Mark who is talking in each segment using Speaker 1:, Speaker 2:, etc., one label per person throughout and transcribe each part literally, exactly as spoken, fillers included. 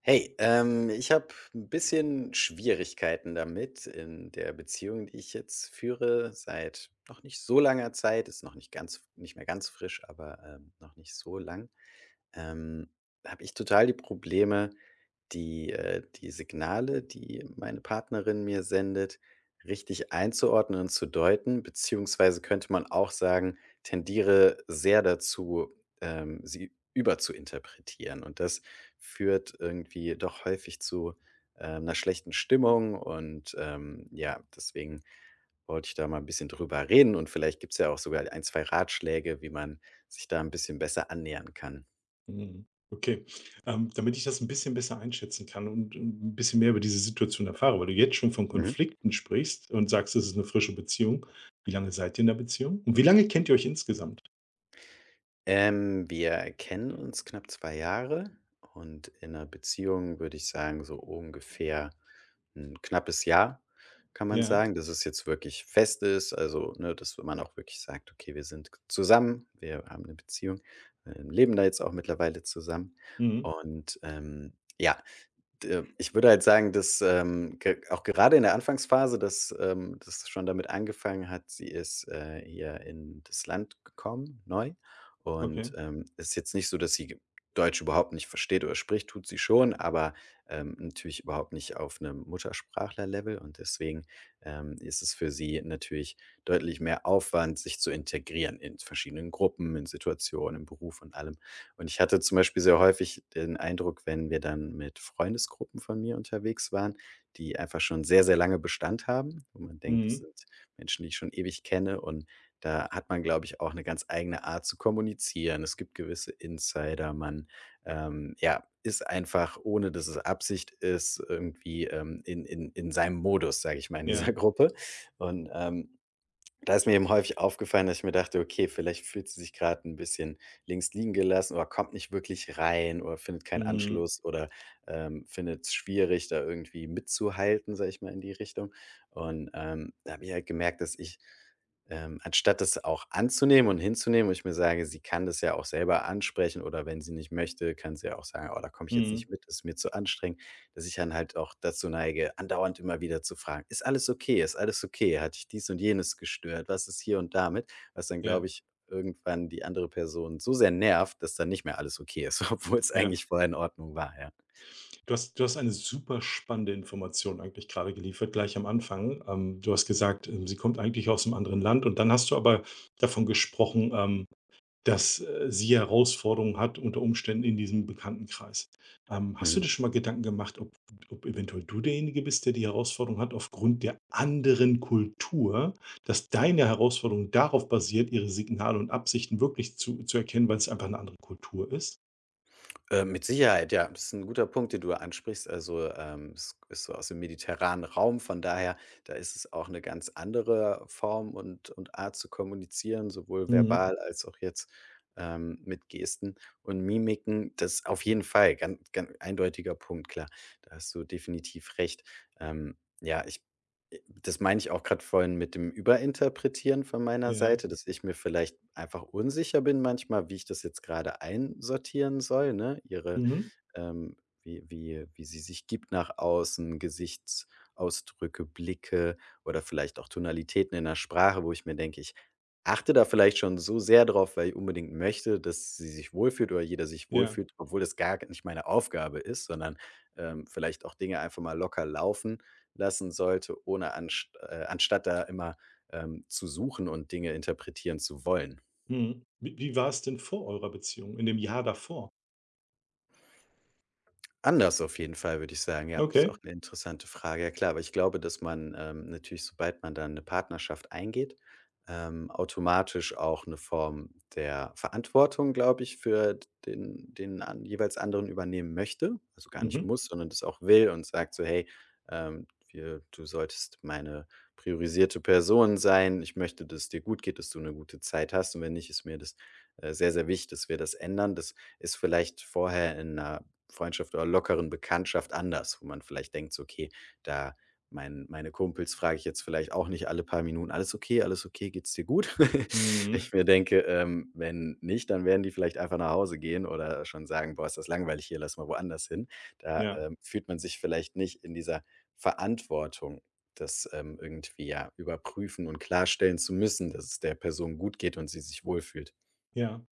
Speaker 1: Hey, ähm, ich habe ein bisschen Schwierigkeiten damit in der Beziehung, die ich jetzt führe seit noch nicht so langer Zeit. Ist noch nicht ganz nicht mehr ganz frisch, aber, ähm, noch nicht so lang. Ähm, Habe ich total die Probleme, die äh, die Signale, die meine Partnerin mir sendet, richtig einzuordnen und zu deuten, beziehungsweise könnte man auch sagen, tendiere sehr dazu, ähm, sie überzuinterpretieren. Und das führt irgendwie doch häufig zu äh, einer schlechten Stimmung. Und ähm, ja, deswegen wollte ich da mal ein bisschen drüber reden. Und vielleicht gibt es ja auch sogar ein, zwei Ratschläge, wie man sich da ein bisschen besser annähern kann.
Speaker 2: Mhm. Okay. Ähm, damit ich das ein bisschen besser einschätzen kann und äh, ein bisschen mehr über diese Situation erfahre, weil du jetzt schon von
Speaker 1: Mhm.
Speaker 2: Konflikten sprichst und sagst, es ist eine frische Beziehung. Wie lange seid ihr in der Beziehung? Und wie lange kennt ihr euch insgesamt?
Speaker 1: Ähm, wir kennen uns knapp zwei Jahre und in 'ner Beziehung würde ich sagen, so ungefähr 'n knappes Jahr, kann man
Speaker 2: Ja.
Speaker 1: sagen, dass es jetzt wirklich fest ist. Also, ne, dass man auch wirklich sagt: „Okay, wir sind zusammen, wir haben eine Beziehung, ähm, leben da jetzt auch mittlerweile zusammen.“
Speaker 2: Mhm.
Speaker 1: Und, ähm, ja, D ich würde halt sagen, dass, ähm, ge auch gerade in der Anfangsphase, dass, ähm dass schon damit angefangen hat, sie ist, äh, hier in das Land gekommen, neu, und,
Speaker 2: Okay.
Speaker 1: ähm, ist jetzt nicht so, dass sie g Deutsch überhaupt nicht versteht oder spricht, tut sie schon, aber, ähm, natürlich überhaupt nicht auf einem Muttersprachler-Level, und deswegen, ähm, ist es für sie natürlich deutlich mehr Aufwand, sich zu integrieren in verschiedenen Gruppen, in Situationen, im Beruf und allem. Und ich hatte zum Beispiel sehr häufig den Eindruck, wenn wir dann mit Freundesgruppen von mir unterwegs waren, die einfach schon sehr, sehr lange Bestand haben, wo man denkt, das
Speaker 2: Mhm.
Speaker 1: sind Menschen, die ich schon ewig kenne, und da hat man, glaube ich, auch eine ganz eigene Art zu kommunizieren. Es gibt gewisse Insider, man, ähm, ja, ist einfach, ohne dass es Absicht ist, irgendwie, ähm, in in in seinem Modus, sage ich mal, in dieser
Speaker 2: Ja.
Speaker 1: Gruppe. Und, ähm da ist mir eben häufig aufgefallen, dass ich mir dachte: „Okay, vielleicht fühlt sie sich gerade ein bisschen links liegen gelassen oder kommt nicht wirklich rein oder findet keinen
Speaker 2: Mhm.
Speaker 1: Anschluss oder, ähm, findet es schwierig, da irgendwie mitzuhalten“, sage ich mal in die Richtung. Und, ähm, da habe ich halt gemerkt, dass ich, ähm, anstatt das auch anzunehmen und hinzunehmen, wo ich mir sage, sie kann das ja auch selber ansprechen, oder wenn sie nicht möchte, kann sie ja auch sagen: „Oh, da komme ich jetzt nicht
Speaker 2: Mhm.
Speaker 1: mit, ist mir zu anstrengend“, dass ich dann halt auch dazu neige, andauernd immer wieder zu fragen: „Ist alles okay? Ist alles okay? Hat dich dies und jenes gestört? Was ist hier und damit?“ Was dann,
Speaker 2: Ja,
Speaker 1: glaube ich, irgendwann die andere Person so sehr nervt, dass dann nicht mehr alles okay ist, obwohl es
Speaker 2: ja.
Speaker 1: eigentlich vorher in Ordnung war, ja.
Speaker 2: Du hast du hast eine super spannende Information eigentlich gerade geliefert, gleich am Anfang. Ähm, du hast gesagt, ähm, sie kommt eigentlich aus einem anderen Land und dann hast du aber davon gesprochen, ähm dass, äh, sie Herausforderungen hat unter Umständen in diesem Bekanntenkreis. Ähm, hast du
Speaker 1: Mhm.
Speaker 2: dir schon mal Gedanken gemacht, ob ob eventuell du derjenige bist, der die Herausforderung hat aufgrund der anderen Kultur, dass deine Herausforderung darauf basiert, ihre Signale und Absichten wirklich zu zu erkennen, weil es einfach eine andere Kultur ist?
Speaker 1: Äh, mit Sicherheit, ja. Das ist ein guter Punkt, den du ansprichst. Also, ähm, es ist so aus dem mediterranen Raum, von daher, da ist es auch eine ganz andere Form und und Art zu kommunizieren, sowohl
Speaker 2: Mhm.
Speaker 1: verbal als auch jetzt, ähm, mit Gesten und Mimiken. Das ist auf jeden Fall ganz ganz eindeutiger Punkt, klar. Da hast du definitiv recht. Ähm, ja, ich äh, Das meine ich auch gerade vorhin mit dem Überinterpretieren von meiner
Speaker 2: Ja.
Speaker 1: Seite, dass ich mir vielleicht einfach unsicher bin manchmal, wie ich das jetzt gerade einsortieren soll, ne? Ihre
Speaker 2: Mhm.
Speaker 1: ähm, wie wie wie sie sich gibt nach außen, Gesichtsausdrücke, Blicke oder vielleicht auch Tonalitäten in der Sprache, wo ich mir denke, ich achte da vielleicht schon so sehr drauf, weil ich unbedingt möchte, dass sie sich wohlfühlt oder jeder sich
Speaker 2: Ja.
Speaker 1: wohlfühlt, obwohl das gar nicht meine Aufgabe ist, sondern, ähm, vielleicht auch Dinge einfach mal locker laufen lassen sollte, ohne anst äh, anstatt da immer, ähm, zu suchen und Dinge interpretieren zu wollen.
Speaker 2: Mhm. Wie wie war es denn vor eurer Beziehung, in dem Jahr davor?
Speaker 1: Anders auf jeden Fall, würde ich sagen, ja. Ist auch
Speaker 2: Okay.
Speaker 1: eine interessante Frage. Ja klar, aber ich glaube, dass man, ähm, natürlich, sobald man dann eine Partnerschaft eingeht, ähm, automatisch auch eine Form der Verantwortung, glaube ich, für den den an jeweils anderen übernehmen möchte. Also, gar nicht
Speaker 2: Mhm.
Speaker 1: muss, sondern das auch will und sagt so: „Hey, ähm, wir du solltest meine priorisierte Person sein. Ich möchte, dass es dir gut geht, dass du eine gute Zeit hast, und wenn nicht, ist mir das, äh, sehr, sehr wichtig, dass wir das ändern.“ Das ist vielleicht vorher in 'ner Freundschaft oder lockeren Bekanntschaft anders, wo man vielleicht denkt so: „Okay, da mein meine Kumpels frage ich jetzt vielleicht auch nicht alle paar Minuten: „Alles okay, alles okay, geht's dir gut?“
Speaker 2: Mhm.
Speaker 1: Ich mir denke, ähm, wenn nicht, dann werden die vielleicht einfach nach Hause gehen oder schon sagen: „Boah, ist das langweilig hier, lass mal woanders hin.“ Da,
Speaker 2: Ja.
Speaker 1: ähm, fühlt man sich vielleicht nicht in dieser Verantwortung, das, ähm, irgendwie, ja, überprüfen und klarstellen zu müssen, dass es der Person gut geht und sie sich wohlfühlt.
Speaker 2: Ja.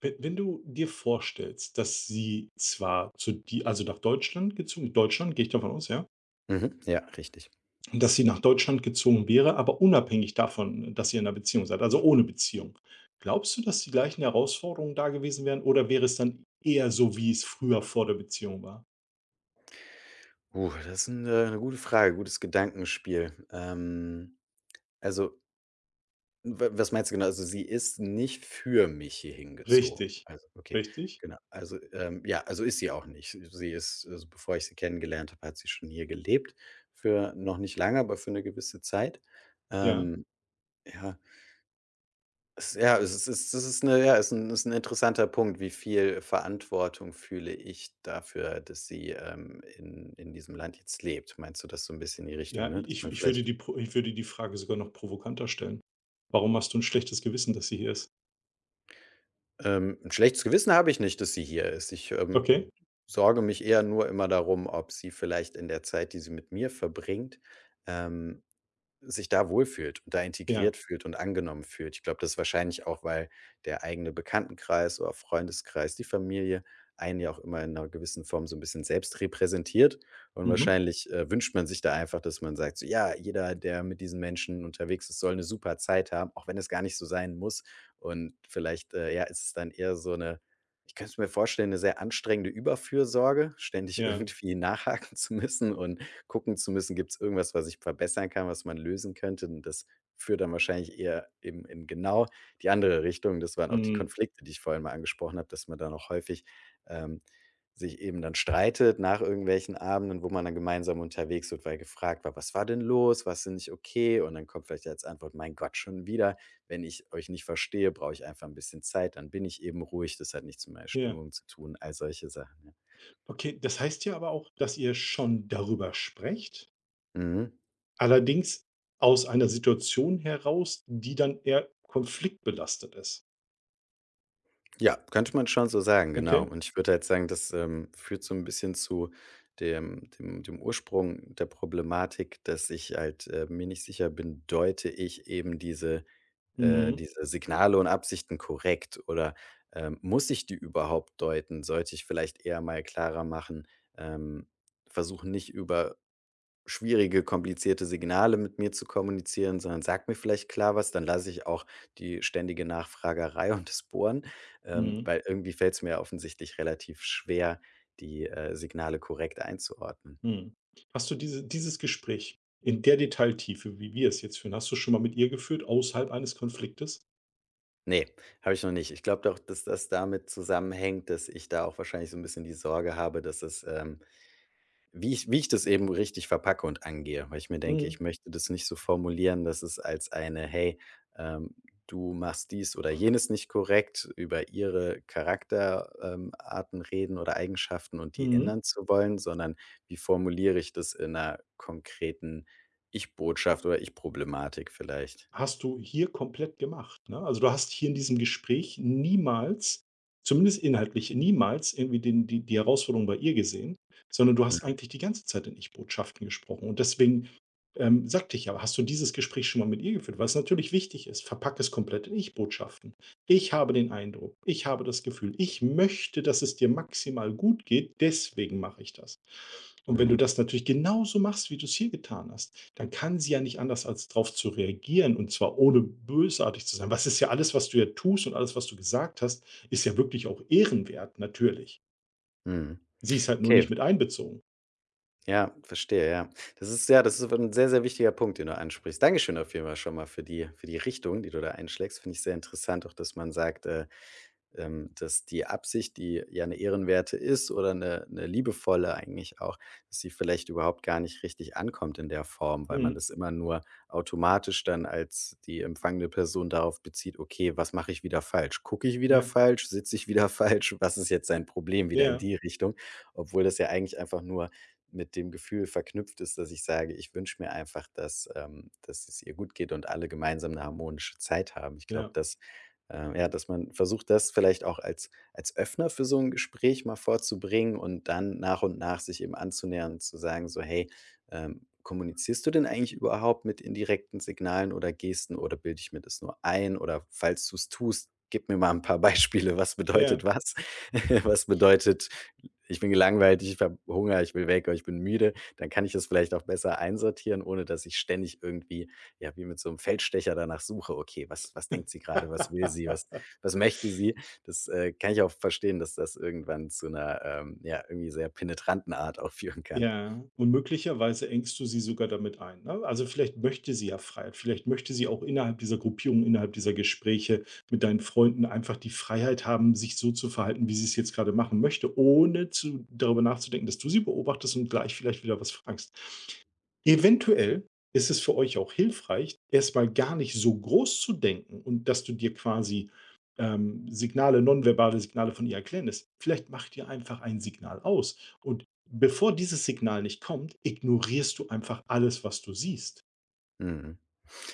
Speaker 2: Wenn wenn du dir vorstellst, dass sie zwar zu die also nach Deutschland gezogen Deutschland, gehe ich davon aus, ja?
Speaker 1: Mhm, ja, richtig.
Speaker 2: Dass sie nach Deutschland gezogen wäre, aber unabhängig davon, dass ihr in einer Beziehung seid, also ohne Beziehung. Glaubst du, dass die gleichen Herausforderungen da gewesen wären oder wäre es dann eher so, wie es früher vor der Beziehung war?
Speaker 1: Uh, das ist eine äh 'ne gute Frage, gutes Gedankenspiel. Ähm, also, wa was meinst du genau? Also, sie ist nicht für mich hier hingezogen.
Speaker 2: Richtig,
Speaker 1: Also, okay,
Speaker 2: richtig.
Speaker 1: genau. Also, ähm, ja, also ist sie auch nicht. Sie ist, also bevor ich sie kennengelernt habe, hat sie schon hier gelebt, für noch nicht lange, aber für eine gewisse Zeit.
Speaker 2: Ja,
Speaker 1: Ähm, ja. Es ja, es ist es ist eine ja, es ist 'n ist ein interessanter Punkt. Wie viel Verantwortung fühle ich dafür, dass sie, ähm, in in diesem Land jetzt lebt? Meinst du das so ein bisschen in die Richtung,
Speaker 2: ja,
Speaker 1: ne? Dass
Speaker 2: ich
Speaker 1: man
Speaker 2: ich würde
Speaker 1: vielleicht
Speaker 2: die Pro ich würde die Frage sogar noch provokanter stellen. Warum hast du ein schlechtes Gewissen, dass sie hier ist?
Speaker 1: ähm, 'n schlechtes Gewissen habe ich nicht, dass sie hier ist. Ich,
Speaker 2: Okay,
Speaker 1: ähm, sorge mich eher nur immer darum, ob sie vielleicht in der Zeit, die sie mit mir verbringt, ähm sich da wohlfühlt und da
Speaker 2: ja,
Speaker 1: integriert fühlt und angenommen fühlt. Ich glaube, das ist wahrscheinlich auch, weil der eigene Bekanntenkreis oder Freundeskreis, die Familie einen ja auch immer in einer gewissen Form so ein bisschen selbst repräsentiert, und
Speaker 2: mhm,
Speaker 1: wahrscheinlich, äh, wünscht man sich da einfach, dass man sagt so: „Ja, jeder, der mit diesen Menschen unterwegs ist, soll eine super Zeit haben, auch wenn es gar nicht so sein muss.“ Und vielleicht, äh, ja, ist es dann eher so eine, ich könnte es mir vorstellen, eine sehr anstrengende Überfürsorge, ständig
Speaker 2: ja,
Speaker 1: irgendwie nachhaken zu müssen und gucken zu müssen, gibt's irgendwas, was ich verbessern kann, was man lösen könnte. Und das führt dann wahrscheinlich eher eben in genau die andere Richtung. Das waren auch die
Speaker 2: mhm,
Speaker 1: Konflikte, die ich vorhin mal angesprochen habe, dass man dann auch häufig, ähm, sich eben dann streitet nach irgendwelchen Abenden, wo man dann gemeinsam unterwegs wird, weil gefragt war: „Was war denn los? War's denn nicht okay?“ Und dann kommt vielleicht als Antwort: „Mein Gott, schon wieder. Wenn ich euch nicht verstehe, brauche ich einfach ein bisschen Zeit, dann bin ich eben ruhig. Das hat nichts mit meiner
Speaker 2: ja.
Speaker 1: Stimmung zu tun.“ All solche Sachen, ja.
Speaker 2: Okay, das heißt ja aber auch, dass ihr schon darüber sprecht,
Speaker 1: Mhm.
Speaker 2: allerdings aus einer Situation heraus, die dann eher konfliktbelastet ist.
Speaker 1: Ja, könnte man schon so sagen, genau.
Speaker 2: Okay?
Speaker 1: Und ich würde halt sagen, das, ähm, führt so ein bisschen zu dem dem dem Ursprung der Problematik, dass ich halt, äh, mir nicht sicher bin, deute ich eben diese äh,
Speaker 2: Mhm.
Speaker 1: diese Signale und Absichten korrekt, oder, ähm, muss ich die überhaupt deuten? Sollte ich vielleicht eher mal klarer machen, ähm, versuchen, nicht über schwierige, komplizierte Signale mit mir zu kommunizieren, sondern sagt mir vielleicht klar was, dann lasse ich auch die ständige Nachfragerei und das Bohren, ähm,
Speaker 2: Mhm.
Speaker 1: weil irgendwie fällt es mir offensichtlich relativ schwer, die, äh, Signale korrekt einzuordnen.
Speaker 2: Mhm. Hast du diese dieses Gespräch in der Detailtiefe, wie wir es jetzt führen, hast du schon mal mit ihr geführt außerhalb eines Konfliktes?
Speaker 1: Ne, habe ich noch nicht. Ich glaube doch, dass das damit zusammenhängt, dass ich da auch wahrscheinlich so ein bisschen die Sorge habe, dass es, ähm Wie ich wie ich das eben richtig verpacke und angehe, weil ich mir denke,
Speaker 2: Mhm.
Speaker 1: ich möchte das nicht so formulieren, dass es als eine: „Hey, ähm, du machst dies oder jenes nicht korrekt“, über ihre Charakterarten ähm, Arten reden oder Eigenschaften und die
Speaker 2: Mhm.
Speaker 1: ändern zu wollen, sondern wie formuliere ich das in einer konkreten Ich-Botschaft oder Ich-Problematik vielleicht?
Speaker 2: Hast du hier komplett gemacht, ne? Also, du hast hier in diesem Gespräch niemals, zumindest inhaltlich niemals irgendwie den die die Herausforderung bei ihr gesehen, sondern du
Speaker 1: Mhm,
Speaker 2: hast eigentlich die ganze Zeit in Ich-Botschaften gesprochen. Und deswegen, ähm, sagte ich ja: „Hast du dieses Gespräch schon mal mit ihr geführt?“ Weil's natürlich wichtig ist. Verpack es komplett in Ich-Botschaften. „Ich habe den Eindruck. Ich habe das Gefühl. Ich möchte, dass es dir maximal gut geht. Deswegen mache ich das.“ Und wenn du
Speaker 1: mhm,
Speaker 2: das natürlich genauso machst, wie du es hier getan hast, dann kann sie ja nicht anders, als darauf zu reagieren und zwar ohne bösartig zu sein. Was ist ja alles, was du ja tust und alles, was du gesagt hast, ist ja wirklich auch ehrenwert, natürlich.
Speaker 1: mhm.
Speaker 2: Sie ist halt nur
Speaker 1: Okay.
Speaker 2: nicht mit einbezogen.
Speaker 1: Ja, verstehe, ja. Das ist ja, das ist ein sehr, sehr wichtiger Punkt, den du ansprichst. Dankeschön auf jeden Fall schon mal für die für die Richtung, die du da einschlägst. Finde ich sehr interessant auch, dass man sagt, äh ähm, dass die Absicht, die ja eine ehrenwerte ist oder eine 'ne liebevolle eigentlich auch, dass sie vielleicht überhaupt gar nicht richtig ankommt in der Form, weil man
Speaker 2: Mhm.
Speaker 1: das immer nur automatisch dann als die empfangende Person darauf bezieht: „Okay, was mache ich wieder falsch? Gucke ich wieder
Speaker 2: Ja,
Speaker 1: falsch? Sitze ich wieder falsch? Was ist jetzt sein Problem?“ Wieder in
Speaker 2: ja,
Speaker 1: die Richtung, obwohl das ja eigentlich einfach nur mit dem Gefühl verknüpft ist, dass ich sage: „Ich wünsche mir einfach, dass ähm, dass es ihr gut geht und alle gemeinsam 'ne harmonische Zeit haben.“ Ich glaube,
Speaker 2: ja,
Speaker 1: das ähm, ja, dass man versucht, das vielleicht auch als als Öffner für so ein Gespräch mal vorzubringen und dann nach und nach sich eben anzunähern und zu sagen so: „Hey, ähm, kommunizierst du denn eigentlich überhaupt mit indirekten Signalen oder Gesten, oder bilde ich mir das nur ein? Oder falls du es tust, gib mir mal ein paar Beispiele. Was bedeutet
Speaker 2: ja.
Speaker 1: was? Was bedeutet: Ich bin gelangweilt, ich habe Hunger, ich will weg oder ich bin müde?“ Dann kann ich das vielleicht auch besser einsortieren, ohne dass ich ständig irgendwie, ja, wie mit so 'm Feldstecher danach suche, okay, was was denkt sie grade, was will sie, was was möchte sie? Das, äh, kann ich auch verstehen, dass das irgendwann zu 'ner, ähm, ja, irgendwie sehr penetranten Art auch führen kann.
Speaker 2: Ja, und möglicherweise engst du sie sogar damit ein, ne? Also, vielleicht möchte sie ja Freiheit. Vielleicht möchte sie auch innerhalb dieser Gruppierung, innerhalb dieser Gespräche mit deinen Freunden einfach die Freiheit haben, sich so zu verhalten, wie sie es jetzt gerade machen möchte, ohne zu darüber nachzudenken, dass du sie beobachtest und gleich vielleicht wieder was fragst. Eventuell ist es für euch auch hilfreich, erstmal gar nicht so groß zu denken und dass du dir quasi, ähm, Signale nonverbale Signale von ihr erklären lässt. Vielleicht macht ihr einfach ein Signal aus. Und bevor dieses Signal nicht kommt, ignorierst du einfach alles, was du siehst.
Speaker 1: Mhm.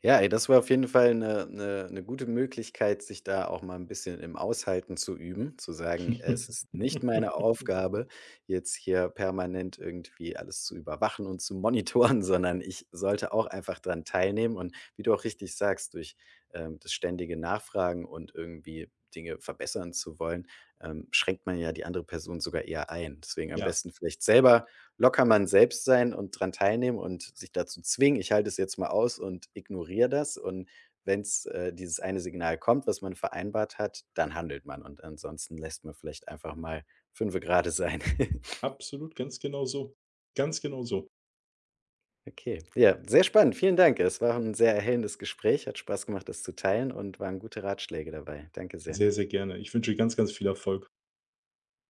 Speaker 1: Ja, ey, das war auf jeden Fall eine eine 'ne gute Möglichkeit, sich da auch mal ein bisschen im Aushalten zu üben, zu sagen: „Es ist nicht meine Aufgabe, jetzt hier permanent irgendwie alles zu überwachen und zu monitoren, sondern ich sollte auch einfach dran teilnehmen.“ Und wie du auch richtig sagst, durch, ähm, das ständige Nachfragen und irgendwie Dinge verbessern zu wollen, ähm, schränkt man ja die andere Person sogar eher ein. Deswegen am
Speaker 2: Ja,
Speaker 1: besten vielleicht selber Locker man selbst sein und dran teilnehmen und sich dazu zwingen: „Ich halte es jetzt mal aus und ignoriere das.“ Und wenn's, äh, dieses eine Signal kommt, was man vereinbart hat, dann handelt man, und ansonsten lässt man vielleicht einfach mal Fünfe grade sein.
Speaker 2: absolut, ganz genau so. Ganz genau so.
Speaker 1: Okay, ja, sehr spannend. Vielen Dank. Es war ein sehr erhellendes Gespräch, hat Spaß gemacht, das zu teilen, und waren gute Ratschläge dabei. Danke sehr.
Speaker 2: Sehr, sehr gerne. Ich wünsche dir ganz, ganz viel Erfolg.